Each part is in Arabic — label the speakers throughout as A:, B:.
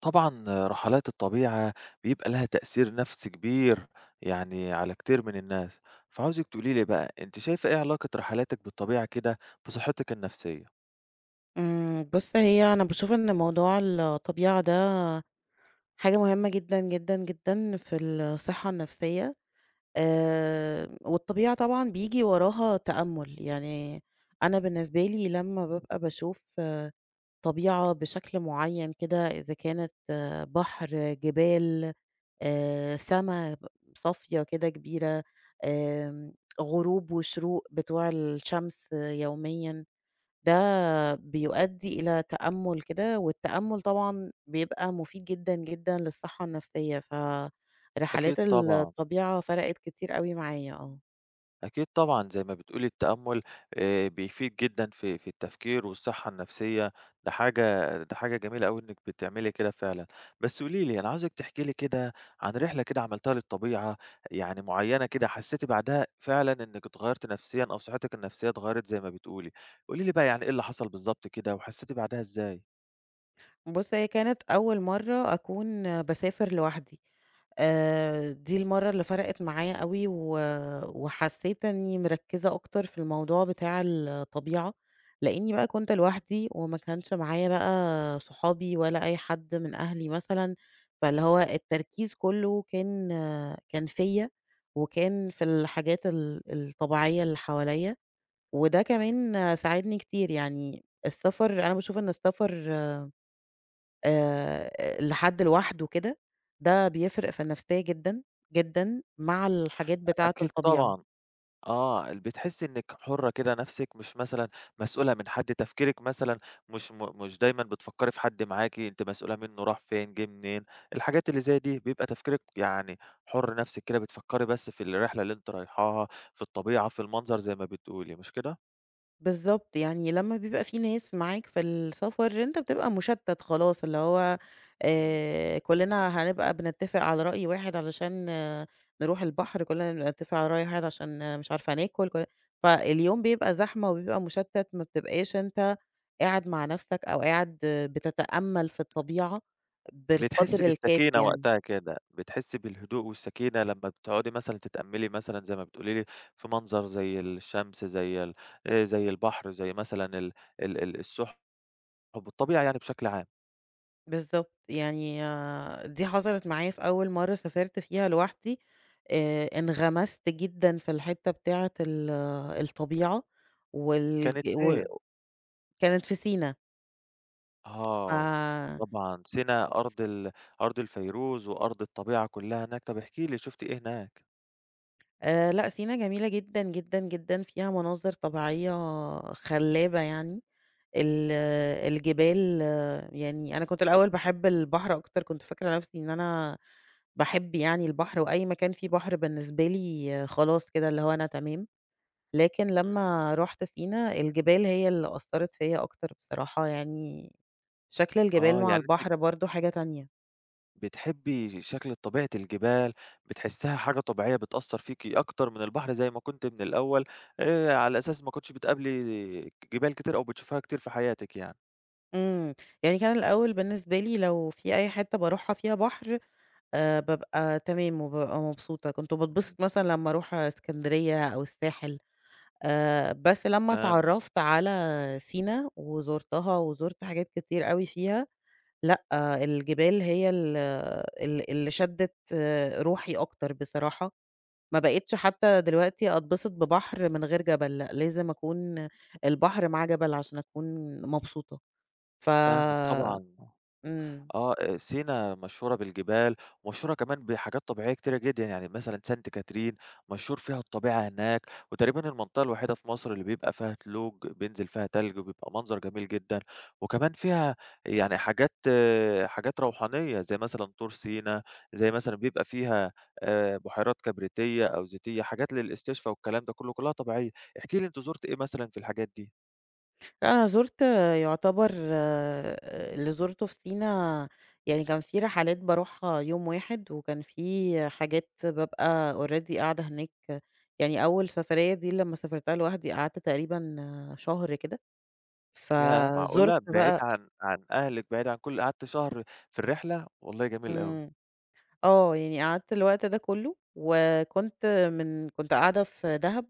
A: طبعًا رحلات الطبيعة بيبقى لها تأثير نَفْسي كبير يعني على كتير من الناس، فعاوزِك تقولي لي بقى أنتِ شايفة إيه علاقة رحلاتِك بالطبيعة كده بصحتِك النَفْسية؟
B: بُص، هي أنا باشوف إن موضوع الطبيعة ده حاجة مهمة جدًا، جدًا، جدًا في الصحة النفسية. والطبيعة طبعًا بييجي وراها تأمُّل. يعني أنا بالنسبة لي لمّا بابقى باشوف طبيعة بشكل معيّن كده، إذا كانت بحر، جبال، سما صافية كده كبيرة، آمم، غروب وشروق بتوع الشمس يوميًا. ده بيؤدي إلى تأمُّل كده، والتأمُّل طبعًا بيبقى مفيد جدًا، جدًا للصحة النفسية،
A: أكيد
B: فرحلات
A: طبعًا.
B: الطبيعة فرقت كتير أوي معايا.
A: أكيد طبعًا، زي ما بتقولي التأمُّل بيفيد جدًا في التفكير والصحّة النفسية، ده حاجة ده حاجة جميلة أوي إنِّك بتعملي كده فعلًا. بس قولي لي، أنا عاوزِك تحكي لي كده عن رحلة كده عملتيها للطبيعة يعني معيّنة كده حسّيتِ بعدها فعلًا إنِّك اتغيّرتِ نفسيًا أو صحّتِك النفسية اتغيّرت زي ما بتقولي. قولي لي بقى يعني إيه اللي حصل بالضبط كده وحسّيتِ بعدها إزاي؟
B: بُص، هي كانت أول مرّة أكون باسافر لوحدي. دي المَرّة اللي فرقت معايا أوي وحسّيت إنّي مركّزة أكتر في الموضوع بتاع الطبيعة، لإنّي بقى كنت لوحدي وما كانش معايا بقى صحابي ولا أي حد من أهلي مثلًا. فاللي هو التركيز كُلّه كان كان فيّا وكان في الحاجات الطبيعية اللي حواليّا. وده
A: إمم.
B: كمان ساعدني كتير. يعني السفر، أنا باشوف إن السفر آآ لحد لوحده كده، ده بيفرق في النفسية جدًا، جدًا مع الحاجات بتاعة
A: أكيد
B: الطبيعة.
A: طبعًا. آه، بتحسّي إنِّك حُرّة كده نَفْسِك، مش مثلًا مسؤولة من حد، تفكيرِك مثلًا مش دايمًا بتفكّري في حد معاكِ، أنتِ مسؤولة منّه راح فين، جِه منين، الحاجات اللي زي دي، بيبقى تفكيرِك يعني حُر نَفْسِك كده، بتفكّري بس في الرحلة اللي أنتِ رايحاها، في الطبيعة، في المنظر زي ما بتقولي، مش كده؟
B: بالضبط، يعني لمّا بيبقى في ناس معاك في السفر، أنت بتبقى مُشتَّت خلاص. اللي هو
A: إمم،
B: كُلّنا هنبقى بنتّفق على رأي واحد علشان نروح البحر، كُلّنا بنتّفق على رأي واحد عشان مش عارفة ناكل، فاليوم بيبقى زحمة وبيبقى مُشتَّت. ما بتبقاش أنت قاعد مع نفسك أو قاعد بتتأمَّل في الطبيعة
A: بتحسّي
B: بالقدر الكافي
A: بالسكينة
B: يعني.
A: وقتها كده، بتحسّي بالهدوء والسكينة لمّا بتقعدي مثلًا تتأمّلي مثلًا زي ما بتقولي لي في منظر زي الشمس، زي البحر، زي مثلًا ال السُّحب. حُب الطبيعة يعني بشكل عام،
B: بالضبط، يعني دي حصلت معايا في أول مرّة سافرت فيها لوحدي. انغمست جدًا في الحتّة بتاعة ال آه، الطبيعة وال
A: كانت فين؟
B: وكانت في سينا.
A: آه،
B: ف
A: طبعًا سينا أرض الفيروز وأرض الطبيعة كلّها هناك، طب احكي لي شُفتِ إيه هناك؟
B: لأ، سينا جميلة جدًا، جدًا، جدًا، فيها مناظر طبيعية خلابة يعني. ال آه، الجبال، يعني أنا كنت الأول باحب البحر أكتر، كنت فاكرة نفْسي إن أنا باحب يعني البحر وأي مكان فيه بحر بالنسبة لي خلاص كده اللي هو أنا تمام. لكن
A: إمم،
B: لمّا رُحت سينا، الجبال هي اللي أثّرت فيّا أكتر بصراحة. يعني شكل الجبال
A: آه
B: مع
A: يعني أنتِ
B: البحر برضه حاجة تانية.
A: بتحبّي شكل طبيعة الجبال، بتحسّها حاجة طبيعية بتأثّر فيكِ أكتر من البحر زي ما كنتِ من الأول، على أساس ما كنتيش بتقابلي جبال كتير أو بتشوفيها كتير في حياتِك يعني.
B: إمم، يعني كان الأول بالنسبة لي لو في أي حتّة باروحها فيها بحر، بابقى تمام وبابقى مبسوطة. كنت
A: إمم،
B: باتبسط مثلًا لمّا أروح إسكندرية أو الساحل. بس لمّا
A: فاهم
B: اتعرّفت على سينا وزُرتها وزُرت حاجات كتير أوي فيها، لأ، الجبال هي ال ال اللي شدِّت روحي أكتر بصراحة. ما بقيتش حتى دلوقتي أتبسط ببحر من غير جبل، لأ، لازم أكون البحر مع جبل عشان أكون مبسوطة. ف
A: فاهمِك طبعًا.
B: إمم.
A: آه، سينا مشهورة بالجبال، ومشهورة كمان بحاجات طبيعية كتيرة جدًا، يعني مثلًا سانت كاترين مشهور فيها الطبيعة هناك، وتقريبًا المنطقة الوحيدة في مصر اللي بيبقى فيها تلوج بينزل فيها تلج وبيبقى منظر جميل جدًا، وكمان فيها يعني حاجات روحانية زي مثلًا طور سينا، زي مثلًا بيبقى فيها بحيرات كبريتية أو زيتية، حاجات للاستشفا والكلام ده كله، كلها طبيعية. احكِ لي أنتِ زُرتِ إيه مثلًا في الحاجات دي؟
B: لأ، أنا زُرت يعتبر اللي زُرته في سينا يعني كان في رحلات باروحها يوم واحد، وكان في حاجات بابقى already قاعدة هناك. يعني أول سفرية دي لمّا سافرتها لوحدي قعدت تقريبًا شهر كده،
A: ياه!
B: فزُرت
A: معقولة! بعيد
B: بقى.
A: عن أهلِك، بعيد عن كل قعدتِ شهر في الرحلة! والله جميل أوي.
B: إمم. يعني قعدت الوقت ده كلّه، وكنت من كنت قاعدة في دهب،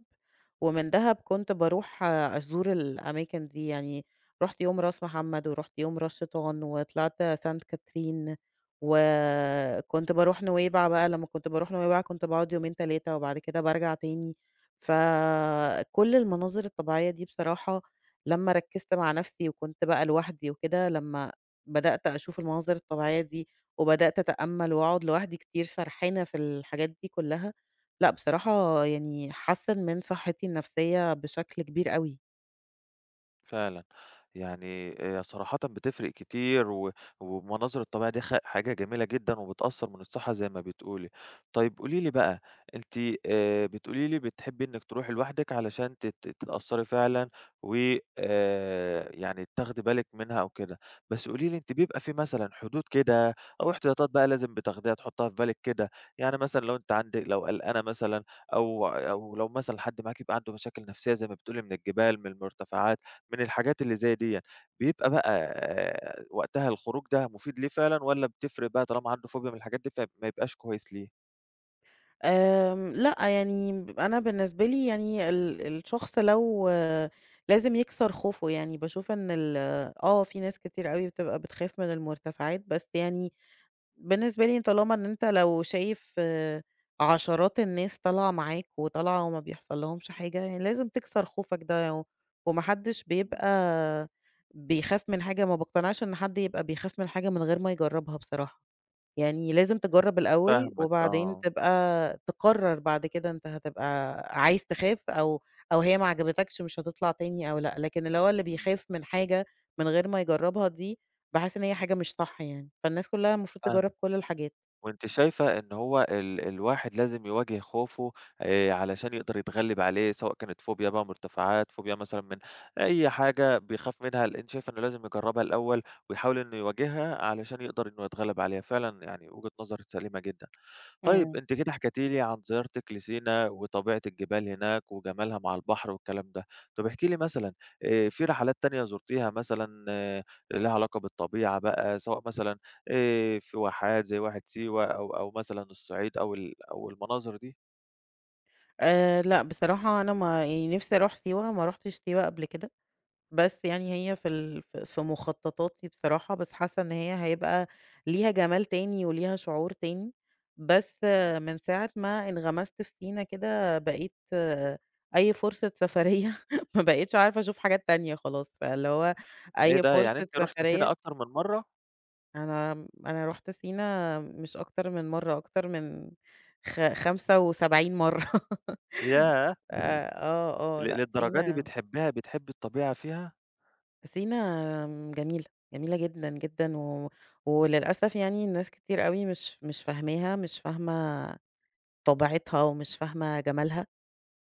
B: ومن دهب كنت باروح أزور الأماكن دي. يعني رُحت يوم راس محمد، ورُحت يوم راس شيطان، وطلعت سانت كاترين، وكنت باروح نويبع بقى. لمّا كنت باروح نويبع كنت باقعد يومين 3 وبعد كده بارجع تاني. فكل المناظر الطبيعية دي بصراحة لمّا ركّزت مع نفسي وكنت بقى لوحدي وكده، لمّا بدأت أشوف المناظر الطبيعية دي وبدأت أتأمل وأقعد لوحدي كتير سرحانة في الحاجات دي كلها، لأ بصراحة يعني حسّن من صحتي النفسية بشكل كبير أوي.
A: فعلًا، يعني هي صراحةً بتفرق كتير و والمناظر الطبيعية دي حاجة جميلة جدًا وبتأثّر من الصحة زي ما بتقولي. طيب قولي لي بقى، أنتِ بتقولي لي بتحبي إنِّك تروحي لوحدِك علشان تتأثّري فعلًا و يعني تاخدي بالِك منها أو كده، بس قولي لي أنتِ بيبقى في مثلًا حدود كده أو احتياطات بقى لازم بتاخديها تحُطّيها في بالِك كده، يعني مثلًا لو أنتِ عندِك لو قلقانة مثلًا أو لو مثلًا حد معاكِ بيبقى عنده مشاكل نفسية زي ما بتقولي من الجبال، من المرتفعات، من الحاجات اللي زي ديًّا، بيبقى بقى وقتها الخروج ده مفيد ليه فعلًا والّا بتفرق بقى طالما عنده فوبيا من الحاجات دي فما يبقاش كويس ليه؟
B: لأ يعني أنا بالنسبة لي يعني الشخص لو لازم يكسر خوفه. يعني باشوف إن في ناس كتير أوي بتبقى بتخاف من المرتفعات. بس يعني بالنسبة لي طالما إن أنت لو شايف عشرات الناس طالعة معاك وطالعة وما بيحصل لهمش حاجة، يعني لازم تكسر خوفك ده وما حدش
A: إمم.
B: بيبقى بيخاف من حاجة. ما باقتنعش إن حد يبقى بيخاف من حاجة من غير ما يجربها بصراحة. يعني لازم تجرّب الأول،
A: فاهمك
B: وبعدين
A: آه،
B: تبقى تقرّر بعد كده أنت هتبقى عايز تخاف، أو هي ما عجبتكش مش هتطلع تاني أو لأ. لكن اللي هو اللي
A: إمم.
B: بيخاف من حاجة من غير ما يجرّبها دي، باحس إن هي حاجة مش صح يعني. فالناس كلّها المفروض تجرّب
A: فاهمك،
B: كل الحاجات.
A: وأنتِ شايفة إن هو ال الواحد لازم يواجه خوفه علشان يقدر يتغلب عليه، سواء كانت فوبيا بقى مرتفعات، فوبيا مثلًا من أي حاجة بيخاف منها، أنتِ شايفة إنه لازم يجربها الأول ويحاول إنه يواجهها علشان يقدر إنه يتغلب عليها، فعلًا يعني وجهة نظر سليمة جدًا. طيب
B: إمم.
A: أنتِ كده حكيتِ لي عن زيارتِك لسينا وطبيعة الجبال هناك وجمالها مع البحر والكلام ده، طب احكي لي مثلًا في رحلات تانية زُرتيها مثلًا ليها علاقة بالطبيعة بقى، سواء مثلًا في واحات زي واحة سيوة أو مثلًا الصعيد أو المناظر دي؟
B: لأ، بصراحة أنا ما يعني نِفْسي أروح سيوة، ما رُحتش سيوة قبل كده. بس يعني هي في ال في في مخططاتي بصراحة. بس حاسة إن هي هيبقى ليها جمال تاني وليها شعور تاني. بس
A: إمم.
B: من ساعة ما انغمست في سينا كده بقيت أي فرصة سفرية ما بقيتش عارفة أشوف حاجات تانية خلاص، فاللي هو
A: إيه
B: أي
A: ده يعني
B: فرصة
A: أنتِ رُحتِ سينا
B: سفرية
A: أكتر من مرّة؟
B: أنا أنا رُحت سينا مش أكتر من مرّة، أكتر من 75 مرّة.
A: ياه! ل
B: لأ،
A: للدرجة دي
B: سينا.
A: بتحبي الطبيعة فيها؟
B: سينا جميلة، جميلة جدًا، جدًا، وللأسف يعني ناس كتير أوي مش فاهماها، مش فاهمة طبيعتها ومش فاهمة جمالها.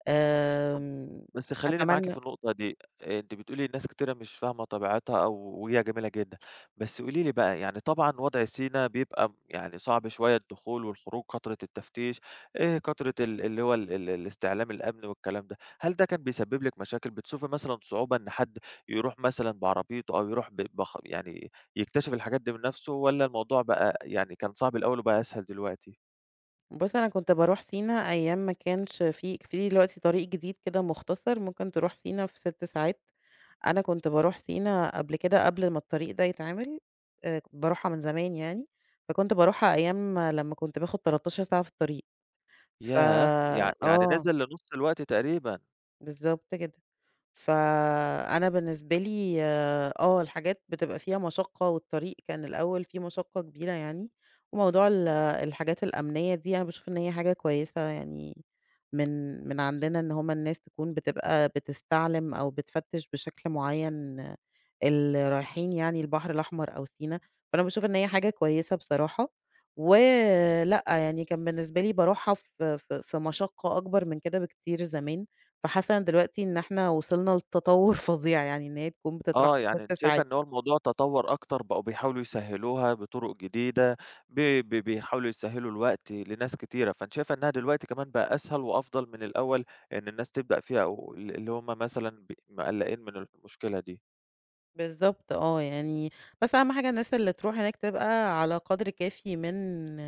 B: آمم،
A: بس خلّيني معاكِ
B: أتمنى.
A: في النقطة دي، أنتِ بتقولي الناس كتيرة مش فاهمة طبيعتها أو وهي جميلة جدًا، بس قولي لي بقى يعني طبعًا وضع سينا بيبقى يعني صعب شوية الدخول والخروج، كترة التفتيش، كترة ال اللي هو ال ال الاستعلام الأمني والكلام ده، هل ده كان بيسبب لِك مشاكل؟ بتشوفي مثلًا صعوبة إن حد يروح مثلًا بعربيته أو يروح ب بخ يعني يكتشف الحاجات دي بنفسه والّا الموضوع بقى يعني كان صعب الأول وبقى أسهل دلوقتي؟
B: بُص، أنا كنت باروح سينا أيام ما كانش في دلوقتي طريق جديد كده مختصر ممكن تروح سينا في 6 ساعات. أنا كنت باروح سينا قبل كده قبل ما الطريق ده يتعمل. باروحها من زمان يعني. فكنت باروحها أيام لمّا كنت باخد 13 ساعة في الطريق. ف
A: ياه! يعني
B: آه،
A: نزل لنُص الوقت تقريبًا.
B: بالضبط كده. فأنا بالنسبة لي الحاجات بتبقى فيها مشقة، والطريق كان الأول فيه مشقة كبيرة يعني. وموضوع
A: إمم،
B: الحاجات الأمنية دي أنا باشوف إن هي حاجة كويسة، يعني من عندنا إن هم الناس تكون بتبقى بتستعلم أو بتفتش بشكل معين اللي رايحين يعني البحر الأحمر أو سينا. فأنا باشوف إن هي حاجة كويسة بصراحة.
A: إمم.
B: ولأ يعني كان بالنسبة لي باروحها في مشقة أكبر من كده بكتير زمان. فحاسة أنا دلوقتي إن إحنا وصلنا لتطور فظيع، يعني إن هي تكون بتتراح
A: آه،
B: في
A: يعني
B: 6
A: أنتِ شايفة
B: ساعات.
A: إن هو الموضوع تطوّر أكتر، بقوا بيحاولوا يسهّلوها بطرق جديدة، ب ب بيحاولوا يسهّلوا الوقت لناس كتيرة، فأنتِ شايفة إنها دلوقتي كمان بقى أسهل وأفضل من الأول إن الناس تبدأ فيها أو ال اللي هم مثلًا مقلّقين من المشكلة دي.
B: بالضبط، يعني بس أهم حاجة الناس اللي تروح هناك تبقى على قدر كافي من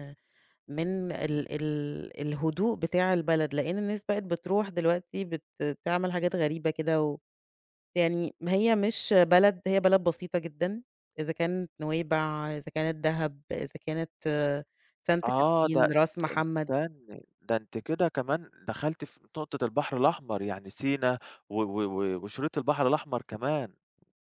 B: من
A: إمم.
B: ال ال الهدوء بتاع البلد، لإن الناس بقت بتروح دلوقتي تعمل حاجات غريبة كده. و يعني هي مش بلد، هي بلد بسيطة جدًا، إذا كانت نويبع، إذا كانت دهب، إذا كانت سانت
A: آه، ده
B: كاترين، راس
A: د
B: محمد.
A: استني، ده أنتِ كده كمان دخلتِ في نقطة البحر الأحمر، يعني سينا و و و وشريط البحر الأحمر كمان.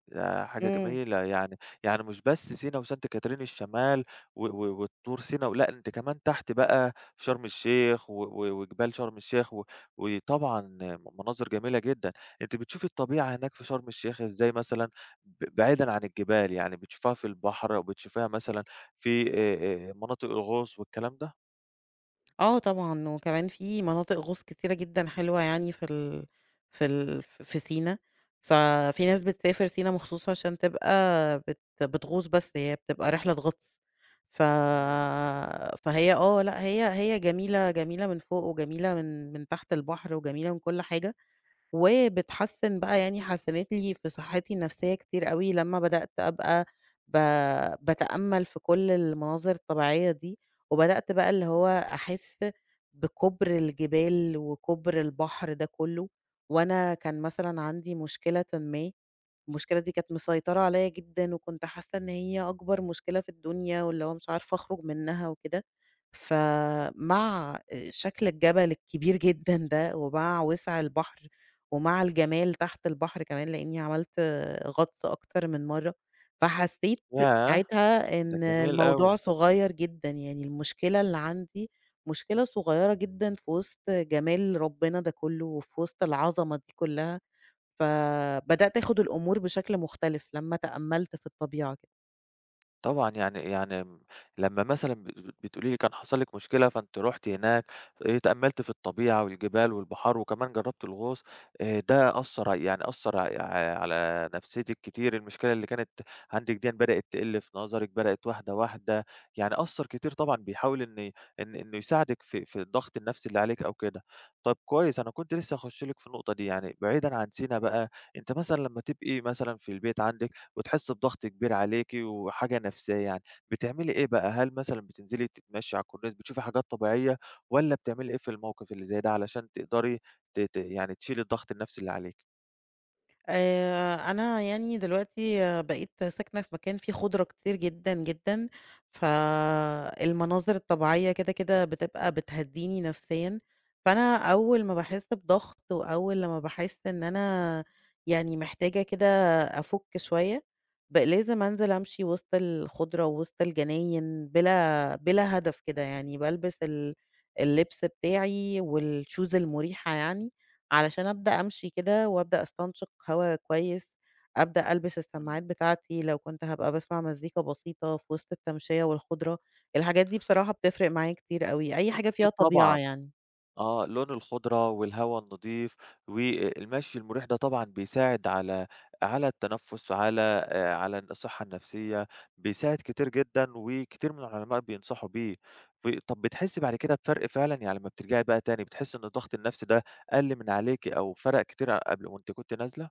A: ده حاجة
B: إمم.
A: جميلة، يعني مش بس سينا وسانت كاترين الشمال و و والطور سينا لأ، أنتِ كمان تحت بقى في شرم الشيخ و و وجبال شرم الشيخ وطبعًا مناظر جميلة جدًا، أنتِ بتشوفي الطبيعة هناك في شرم الشيخ إزاي مثلًا بعيدًا عن الجبال، يعني بتشوفيها في البحر أو بتشوفيها مثلًا في مناطق الغوص والكلام ده؟
B: طبعًا، وكمان في مناطق غوص كتيرة جدًا حلوة يعني في سينا. ففي ناس بتسافر سينا مخصوص عشان تبقى بتغوص بس، هي بتبقى رحلة غطس. ف
A: إمم،
B: فهي لأ، هي جميلة، جميلة من فوق وجميلة من تحت البحر وجميلة من كل حاجة. وبتحسّن بقى، يعني حسّنِت لي في صحّتي النفسية كتير أوي لمّا بدأت أبقى ب باتأمّل في كل المناظر الطبيعية دي. وبدأت بقى اللي هو أحس بكُبْر الجبال وكُبْر البحر ده كُلّه. وأنا كان مثلًا عندي مشكلةً ما، المشكلة دي كانت مسيطرة عليّا جدًا، وكنت حاسّة إن هي أكبر مشكلة في الدنيا واللي هو مش عارفة أخرج منها وكده. فمع شكل الجبل الكبير جدًا ده ومع وِسع البحر، ومع الجمال تحت البحر كمان، لإني عملت غطس أكتر من مرّة، فحسيت
A: ياه!
B: ساعتها
A: ده
B: إن
A: جميل أوي.
B: الموضوع صغيّر جدًا. يعني المشكلة اللي عندي مشكلة صغيّرة جدًا في وسط جمال ربنا ده كلّه، وفي وسط العظمة دي كلّها. فبدأت آخُد الأمور بشكل مختلف لمّا تأمّلت في الطبيعة كده.
A: طبعًا يعني لمّا مثلًا بت بت بتقولي لي كان حصل لِك مشكلة فأنتِ رُحتِ هناك اتأملتِ في الطبيعة والجبال والبحار وكمان جربتِ الغوص ده أثّر يعني أثّر ع يعني على نفسيتِك كتير المشكلة اللي كانت عندِك ديًّا بدأت تقِل في نظرِك، بدأت واحدة، واحدة، يعني أثّر كتير طبعًا بيحاول إنه يساعدِك في الضغط النفسي اللي عليكِ أو كده. طَب كويس أنا كنت لسه هاخش لِك في النقطة دي، يعني بعيدًا عن سينا بقى، أنتِ مثلًا لمّا تبقي مثلًا في البيت عندِك وتحس بضغط كبير عليكِ وحاجة نفسية يعني، بتعملي إيه بقى؟ هل مثلًا بتنزلي تتمشي على الكورنيش بتشوفي حاجات طبيعية والّا بتعملي إيه في الموقف اللي زي ده علشان تقدري ت ت يعني تشيلي الضغط النفسي اللي عليكِ؟
B: أنا يعني دلوقتي بقيت ساكنة في مكان فيه خُضرة كتير جدًا، جدًا. فالمناظر الطبيعية كده، كده بتبقى بتهدّيني نفسيًا. فأنا أول ما باحس بضغط وأول لمّا باحس إن أنا يعني محتاجة كده أفُك شوية، لازم أنزل أمشي وسط الخُضرة ووسط الجناين بلا هدف كده يعني. بالبس اللبس بتاعي والshoes المُريحة يعني علشان أبدأ أمشي كده وأبدأ أستنشق هوا كويس. أبدأ ألبس
A: إمم.
B: السماعات بتاعتي لو كنت هابقى باسمع مزيكا بسيطة في وسط التمشية والخضرة. الحاجات دي بصراحة بتفرق معايا كتير أوي، أي حاجة
A: أكيد
B: فيها طبيعة
A: طبعًا،
B: يعني.
A: آه، لون الخضرة والهوا النضيف والمشي المريح ده طبعًا بيساعد على التنفس، على الصحة النفسية، بيساعد كتير جدًا وكتير من العلماء بينصحوا بيه. طب بتحسي بعد كده بفرق فعلًا؟ يعني لمّا بترجعي بقى تاني بتحسي إن الضغط النفسي ده قَل من عليكِ أو فرق كتير ع قبل وأنتِ كنتِ نازلة؟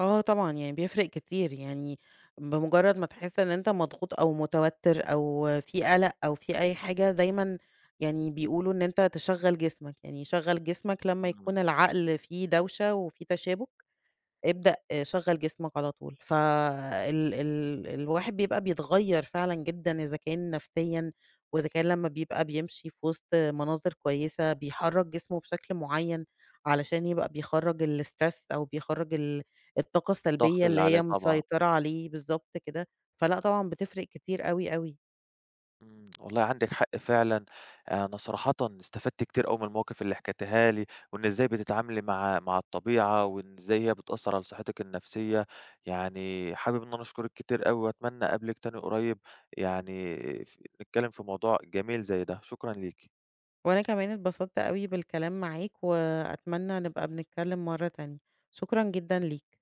B: طبعًا، يعني بيفرق كتير. يعني بمجرد ما تحس إن أنت مضغوط أو متوتر أو في قلق أو في أي حاجة دايمًا، يعني بيقولوا إن أنت تشغّل جسمك. يعني شغّل جسمك لمّا
A: إمم،
B: يكون العقل فيه دوشة وفيه تشابك، ابدأ شغّل جسمك على طول. فال الواحد بيبقى بيتغيّر فعلًا جدًا إذا كان نفسيًا، وإذا كان لمّا بيبقى بيمشي في وسط مناظر كويسة، بيحرّك جسمه بشكل معيّن علشان يبقى بيخرّج الstress أو بيخرّج الطاقة
A: الضغط
B: السلبية
A: اللي
B: اللي
A: عليه
B: هي
A: طبعًا.
B: مسيطرة عليه، بالضبط كده. فلأ طبعًا بتفرق كتير أوي، أوي.
A: إمم، والله عندِك حق فعلًا، أنا صراحةً استفدت كتير أوي من المواقف اللي حكيتيها لي، وإن إزاي بتتعاملي مع الطبيعة، وإن إزاي هي بتأثّر على صحتِك النفسية، يعني حابب إن أنا أشكرِك كتير أوي، وأتمنى أقابلِك تاني قريب يعني ف نتكلم في موضوع جميل زي ده، شكرًا ليكِ.
B: وأنا كمان اتبسطت أوي بالكلام معاك، وأتمنى نبقى بنتكلّم مرّة تانية. شكرًا جدًا ليك.